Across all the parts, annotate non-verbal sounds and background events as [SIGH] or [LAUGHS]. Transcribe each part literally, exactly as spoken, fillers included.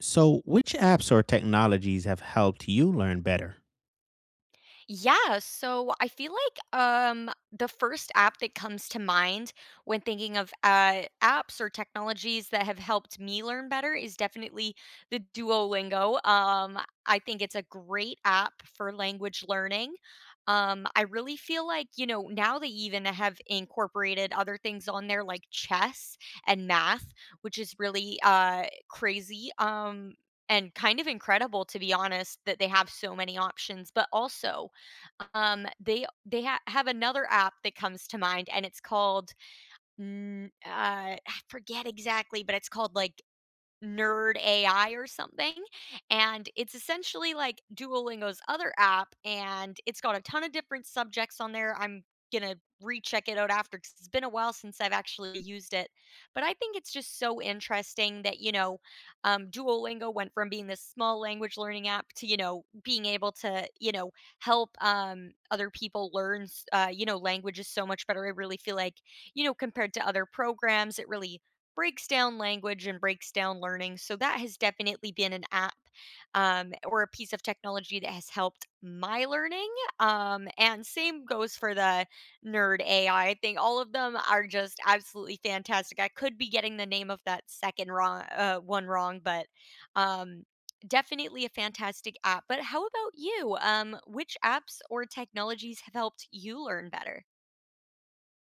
So, which apps or technologies have helped you learn better? Yeah, so I feel like um the first app that comes to mind when thinking of uh apps or technologies that have helped me learn better is definitely the Duolingo. Um I think it's a great app for language learning. Um I really feel like, you know, now they even have incorporated other things on there like chess and math, which is really uh crazy. Um and kind of incredible to be honest that they have so many options but also um, they they ha have another app that comes to mind, and it's called, mm, uh, I forget exactly, but it's called, like, Nerd A I or something, and it's essentially like Duolingo's other app, and it's got a ton of different subjects on there. I'm gonna recheck it out after, because 'cause it's been a while since I've actually used it, but I think it's just so interesting that you know, um, Duolingo went from being this small language learning app to you know being able to you know help um, other people learn s- uh, you know languages so much better. I really feel like you know compared to other programs, it really breaks down language and breaks down learning. So that has definitely been an app um, or a piece of technology that has helped my learning. Um, and same goes for the nerd A I. I I think all of them are just absolutely fantastic. I could be getting the name of that second wrong uh, one wrong, but um, definitely a fantastic app. But how about you? Um, which apps or technologies have helped you learn better?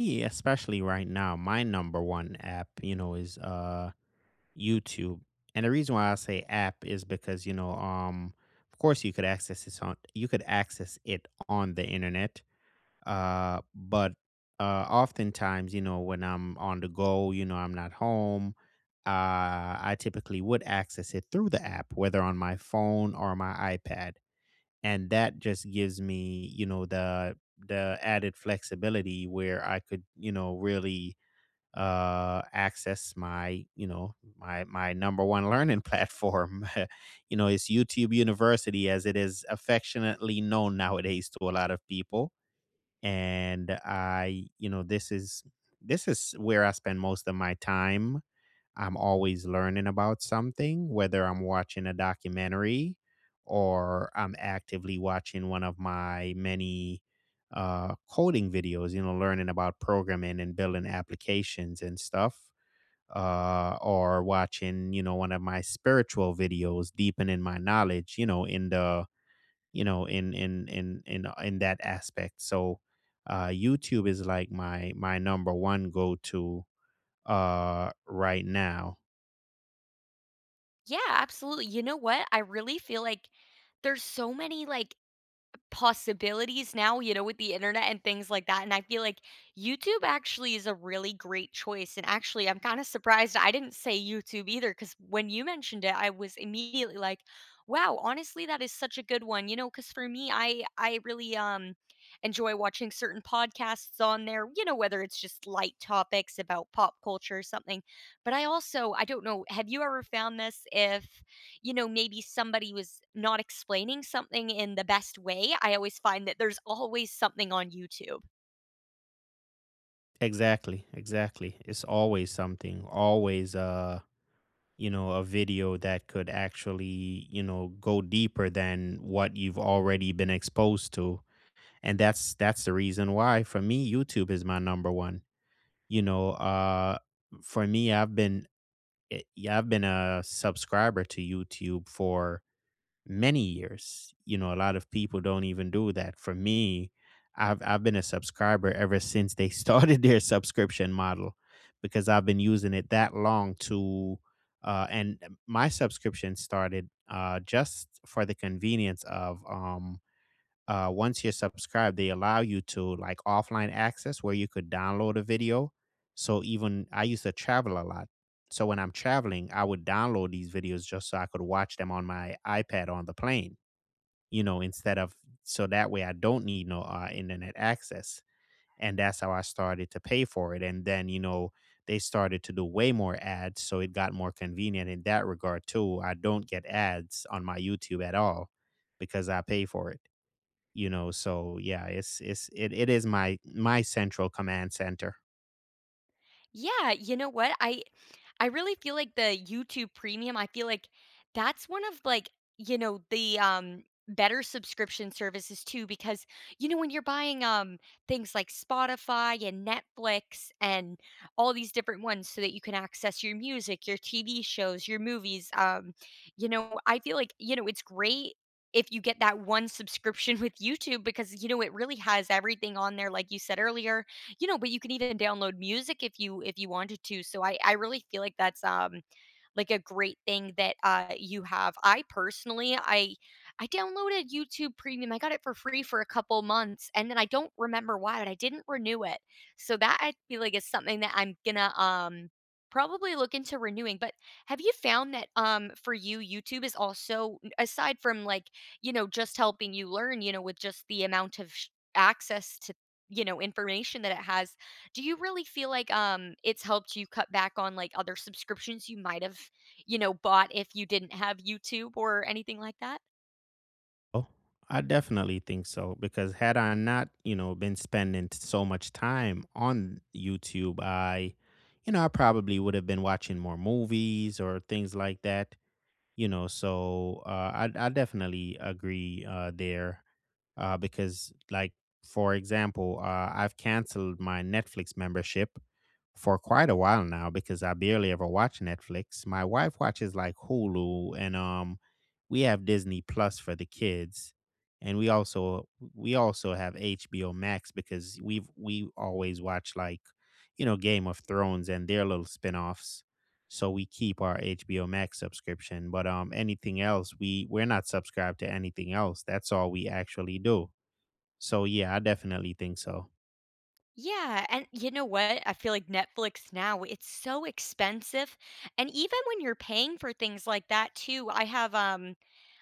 Me, especially right now, my number one app, you know, is uh YouTube. And the reason why I say app is because, you know, um of course you could access this on you could access it on the internet. Uh but uh oftentimes, you know, when I'm on the go, you know, I'm not home, uh I typically would access it through the app, whether on my phone or my iPad, and that just gives me, you know, the the added flexibility where I could, you know, really uh access my, you know, my my number one learning [LAUGHS] platform. [LAUGHS] You know, it's YouTube University, as it is affectionately known nowadays to a lot of people. And I, you know, this is this is where I spend most of my time. I'm always learning about something, whether I'm watching a documentary or I'm actively watching one of my many uh, coding videos, you know, learning about programming and building applications and stuff, uh, or watching, you know, one of my spiritual videos, deepening my knowledge, you know, in the, you know, in in in in uh, in that aspect. So, uh, YouTube is like my my number one go to uh, right now. Yeah, absolutely. You know what? I really feel like there's so many like possibilities now, you know, with the internet and things like that, and I feel like YouTube actually is a really great choice, and actually, I'm kinda surprised I didn't say YouTube either, because when you mentioned it, I was immediately like, "Wow, honestly, that is such a good one," you know, because for me, I I really, um, enjoy watching certain podcasts on there, you know, whether it's just light topics about pop culture or something, but I also I don't know, have you ever found this if you know, maybe somebody was not explaining something in the best way, I always find that there's always something on YouTube. Exactly, exactly. It's always something, always, uh, you know, a video that could actually, you know, go deeper than what you've already been exposed to. And that's that's the reason why for me YouTube is my number one. You know, uh for me, I've been eh, yeah, I've been a subscriber to YouTube for many years. You know, a lot of people don't even do that. For me, I've I've been a subscriber ever since they [LAUGHS] started their subscription model, because I've been using it that long. To uh and uh, My subscription started uh just for the convenience of um uh, once you're subscribed, they allow you to, like, offline access where you could download a video. So even I used to travel a lot. So when I'm traveling, I would download these videos just so I could watch them on my iPad on the plane, you know, instead of, so that way I don't need no uh, internet access. And that's how I started to pay for it. And then, you know, they started to do way more ads. So it got more convenient in that regard, too. I don't get ads on my YouTube at all because I pay for it, you know. So yeah, it's it's it, it is my my central command center. Yeah, you know what? I I really feel like the YouTube Premium, I feel like that's one of like, you know, the um better subscription services too because you know when you're buying um things like Spotify and Netflix and all these different ones so that you can access your music, your T V shows, your movies, um you know, I feel like, you know, it's great if you get that one subscription [LAUGHS] with YouTube because you know it really has everything on there like you said earlier you know, but you can even download music if you if you wanted to. So I I really feel like that's um like a great thing that uh you have. I personally I I downloaded YouTube Premium. I got it for free for a couple months and then I don't remember why, but I didn't renew it. So that I feel like is something that I'm gonna um probably look into renewing. But have you found that um for you YouTube is also aside from like you know just helping you learn you know with just the amount of sh- access to you know, information that it has, do you really feel like, um, it's helped you cut back on, like, other subscriptions you might have, you know, bought if you didn't have YouTube or anything like that? Oh, I definitely think so, because had I not, you know, been spending t- so much time on YouTube, I, you know, I probably would have been watching more movies or things like that, you know. So uh, I, I definitely agree, uh, there, uh, because, like, for example, uh, I've canceled my Netflix membership for quite a while now, because I barely ever watch Netflix. My wife watches, like, Hulu, and um we have Disney Plus for the kids, and we also we also have HBO Max, because we've we always watch, like, you know, Game of Thrones and their little spin-offs. So we keep our H B O Max subscription. But um, anything else, we we're not subscribed to anything else. That's all we actually do. So yeah, I definitely think so. Yeah, and you know what? I feel like Netflix now, it's so expensive, and even when you're paying for things like that too, I have, um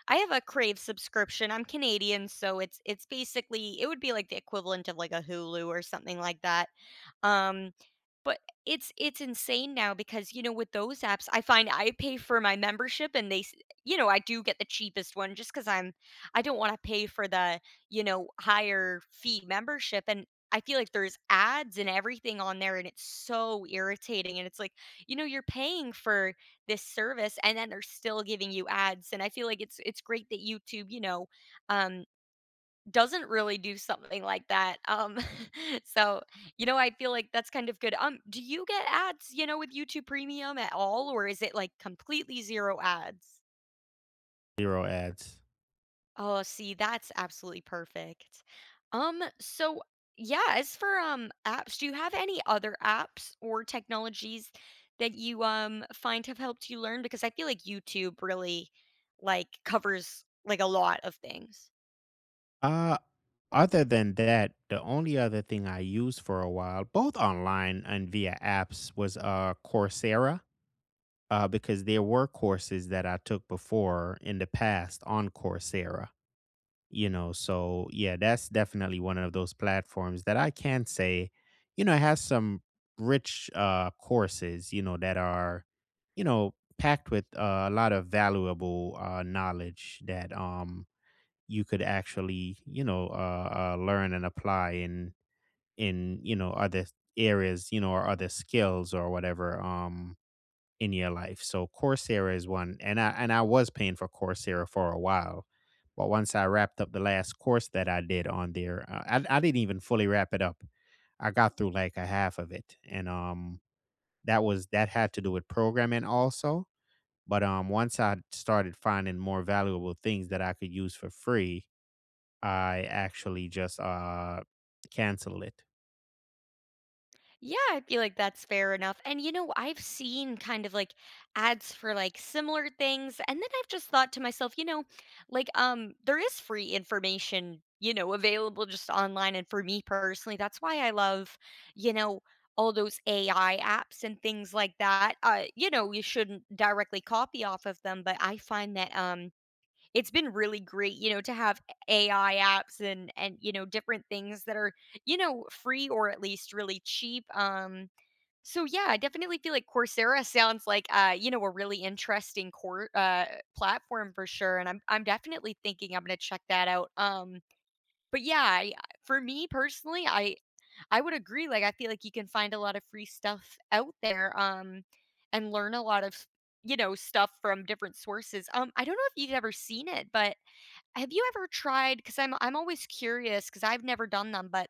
I have a Crave subscription, I'm Canadian, so it's it's basically it would be, like, the equivalent of, like, a Hulu or something like that. Um, but it's it's insane now because, you know, with those apps, I find I pay for my membership and they s you know, I do get the cheapest one just because I'm I don't wanna pay for the, you know, higher fee membership, and I feel like there's ads and everything on there, and it's so irritating, and it's like, you know, you're paying for this service, and then they're still giving you ads, and I feel like it's it's great that YouTube, you know, um doesn't really do something like that. Um, [LAUGHS] so, you know, I feel like that's kind of good. Um, do you get ads, you know, with YouTube Premium at all, or is it like completely zero ads? Zero ads. Oh, see, that's absolutely perfect. Um, so yeah, as for um apps, do you have any other apps or technologies that you um find have helped you learn? Because I feel like YouTube really like covers like a lot of things. Uh Other than that, the only other thing I used for a while, both online and via apps, was uh Coursera. Uh, because there were courses that I took before in the past on Coursera, you know. So yeah, that's definitely one of those platforms that I can say, you know, has some rich uh courses, you know, that are, you know, packed with, uh, a lot of valuable uh knowledge that um you could actually, you know, uh, uh learn and apply in in you know, other areas, you know, or other skills or whatever, um in your life. So Coursera is one, and I and I was paying for Coursera for a while, but once I wrapped up the last course that I did on there, uh, I I didn't even fully wrap it up. I got through, like, a half of it, and um that was, that had to do with programming also. But um once I started finding more valuable things that I could use for free, I actually just uh canceled it. Yeah, I feel like that's fair enough. And you know, I've seen kind of like ads for like similar things and then I've just thought to myself, you know, like um there is free information, you know, available just online and for me personally, that's why I love, you know, all those A I apps and things like that. Uh you know, you shouldn't directly copy off of them, but I find that um it's been really great, you know, to have A I apps and and, you know, different things that are, you know, free or at least really cheap, um, so yeah, I definitely feel like Coursera sounds like, uh, you know, a really interesting core uh, platform for sure, and I'm I'm definitely thinking I'm gonna check that out, um, but yeah, I for me personally, I I would agree, like, I feel like you can find a lot of free stuff out there, um, and learn a lot of, you know, stuff from different sources, um, I don't know if you've ever seen it, but have you ever tried? Because I 'cause I'm I'm always curious because 'cause I've never done them, but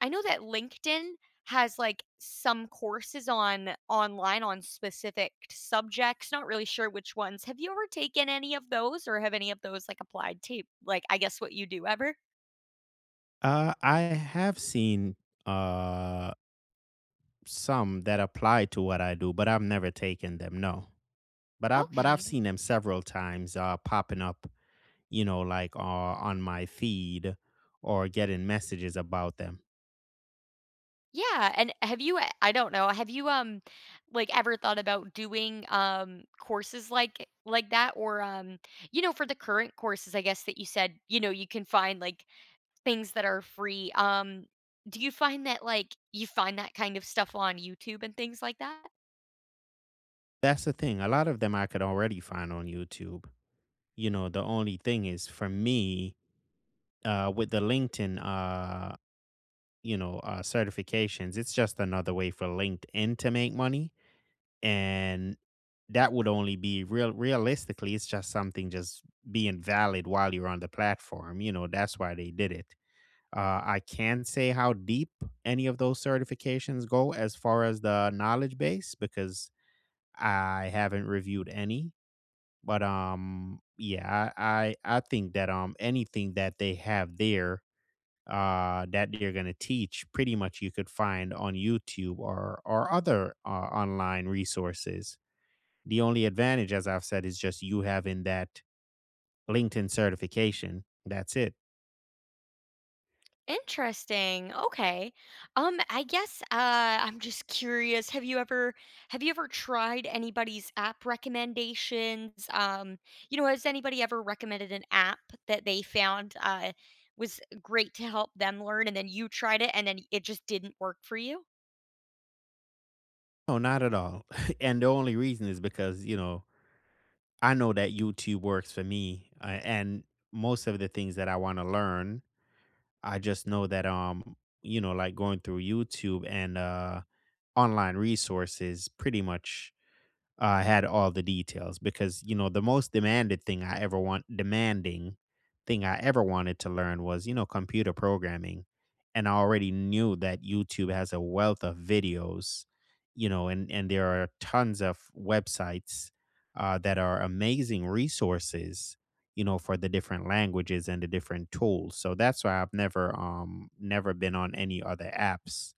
I know that LinkedIn has, like, some courses on online on specific subjects, not really sure which ones. Have you ever taken any of those or have any of those, like, applied to, like, I guess what you do ever? Uh, I have seen uh some that apply to what I do, but I've never taken them. No, but I but I've Okay. seen them several times, uh, popping up, you know, like, uh, on my feed or getting messages about them. Yeah, and have you I I don't know, have you, um, like, ever thought about doing, um, courses like like that or, um, you know, for the current courses, I guess, that you said, you know, you can find, like, things that are free, um, do you find that, like, you find that kind of stuff on YouTube and things like that? That's the thing. A lot of them I could already find on YouTube. You know, the only thing is for me, uh, with the LinkedIn, uh, you know, uh, certifications, it's just another way for LinkedIn to make money, and that would only be real realistically, it's just something just being valid while you're on the platform, you know. That's why they did it. uh, I can't say how deep any of those certifications go as far as the knowledge base, because I haven't reviewed any. But um yeah, i i, I think that um anything that they have there, uh, that they're going to teach, pretty much you could find on YouTube or or other, uh, online resources. The only advantage, as I've said, is just you having that LinkedIn certification. That's it. Interesting, okay. Um, I guess, uh, I'm just curious, have you ever have you ever tried anybody's app recommendations? Um, you know, has anybody ever recommended an app that they found, uh, was great to help them learn and then you tried it and then it just didn't work for you? No, not at all. [LAUGHS] And the only reason is because, you know, I know that YouTube works for me, uh, and most of the things that I want to learn, I just know that, um, you know, like going through YouTube and uh online resources pretty much, uh, had all the details. Because, you know, the most demanded thing I ever want, demanding thing I ever wanted to learn was, you know, computer programming, and I already knew that YouTube has a wealth of videos, you know, and and there are tons of websites, uh, that are amazing resources, you know, for the different languages and the different tools. So that's why I've never um never been on any other apps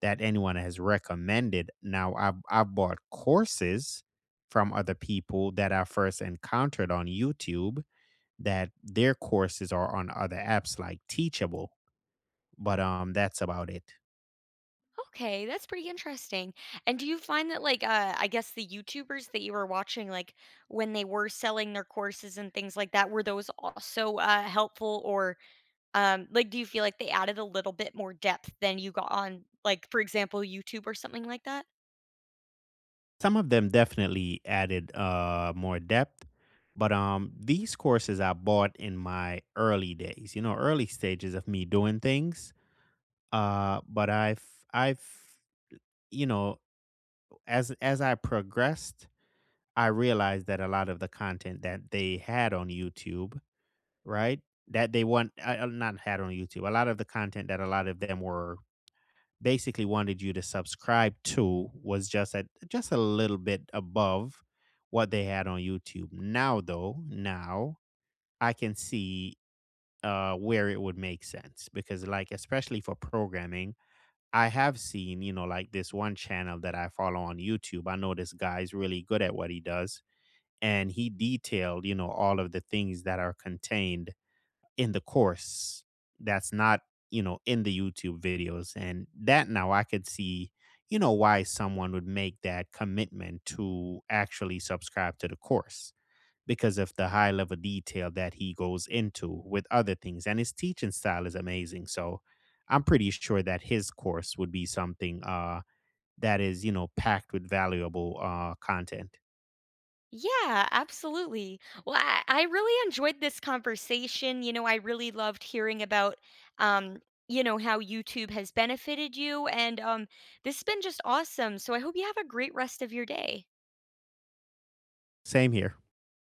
that anyone has recommended. Now, I've, I've bought courses from other people that I first encountered on YouTube that their courses are on other apps like Teachable, but um, that's about it. Okay, that's pretty interesting. And do you find that like uh I guess the YouTubers that you were watching like when they were selling their courses and things like that were those also uh helpful or um like do you feel like they added a little bit more depth than you got on like for example YouTube or something like that? Some of them definitely added, uh, more depth, but um, these courses I bought in my early days, you know, early stages of me doing things. Uh, but I've, I've, you know, as as I progressed, I realized that a lot of the content that they had on YouTube, right, that they want, uh, uh, not had on YouTube, a lot of the content that a lot of them were basically wanted you to subscribe to was just at just a little bit above what they had on YouTube. Now though, now I can see uh where it would make sense because, like, especially for programming, I have seen, you know, like, this one channel that I follow on YouTube. I know this guy's really good at what he does, and he detailed, you know, all of the things that are contained in the course that's not, you know, in the YouTube videos. And that now I could see, you know, why someone would make that commitment to actually subscribe to the course because of the high level detail that he goes into with other things. And his teaching style is amazing. So I'm pretty sure that his course would be something, uh, that is, you know, packed with valuable, uh, content. Yeah, absolutely. Well, I, I really enjoyed this conversation. You know, I really loved hearing about, um, you know, how YouTube has benefited you. And um, this has been just awesome. So I hope you have a great rest of your day. Same here.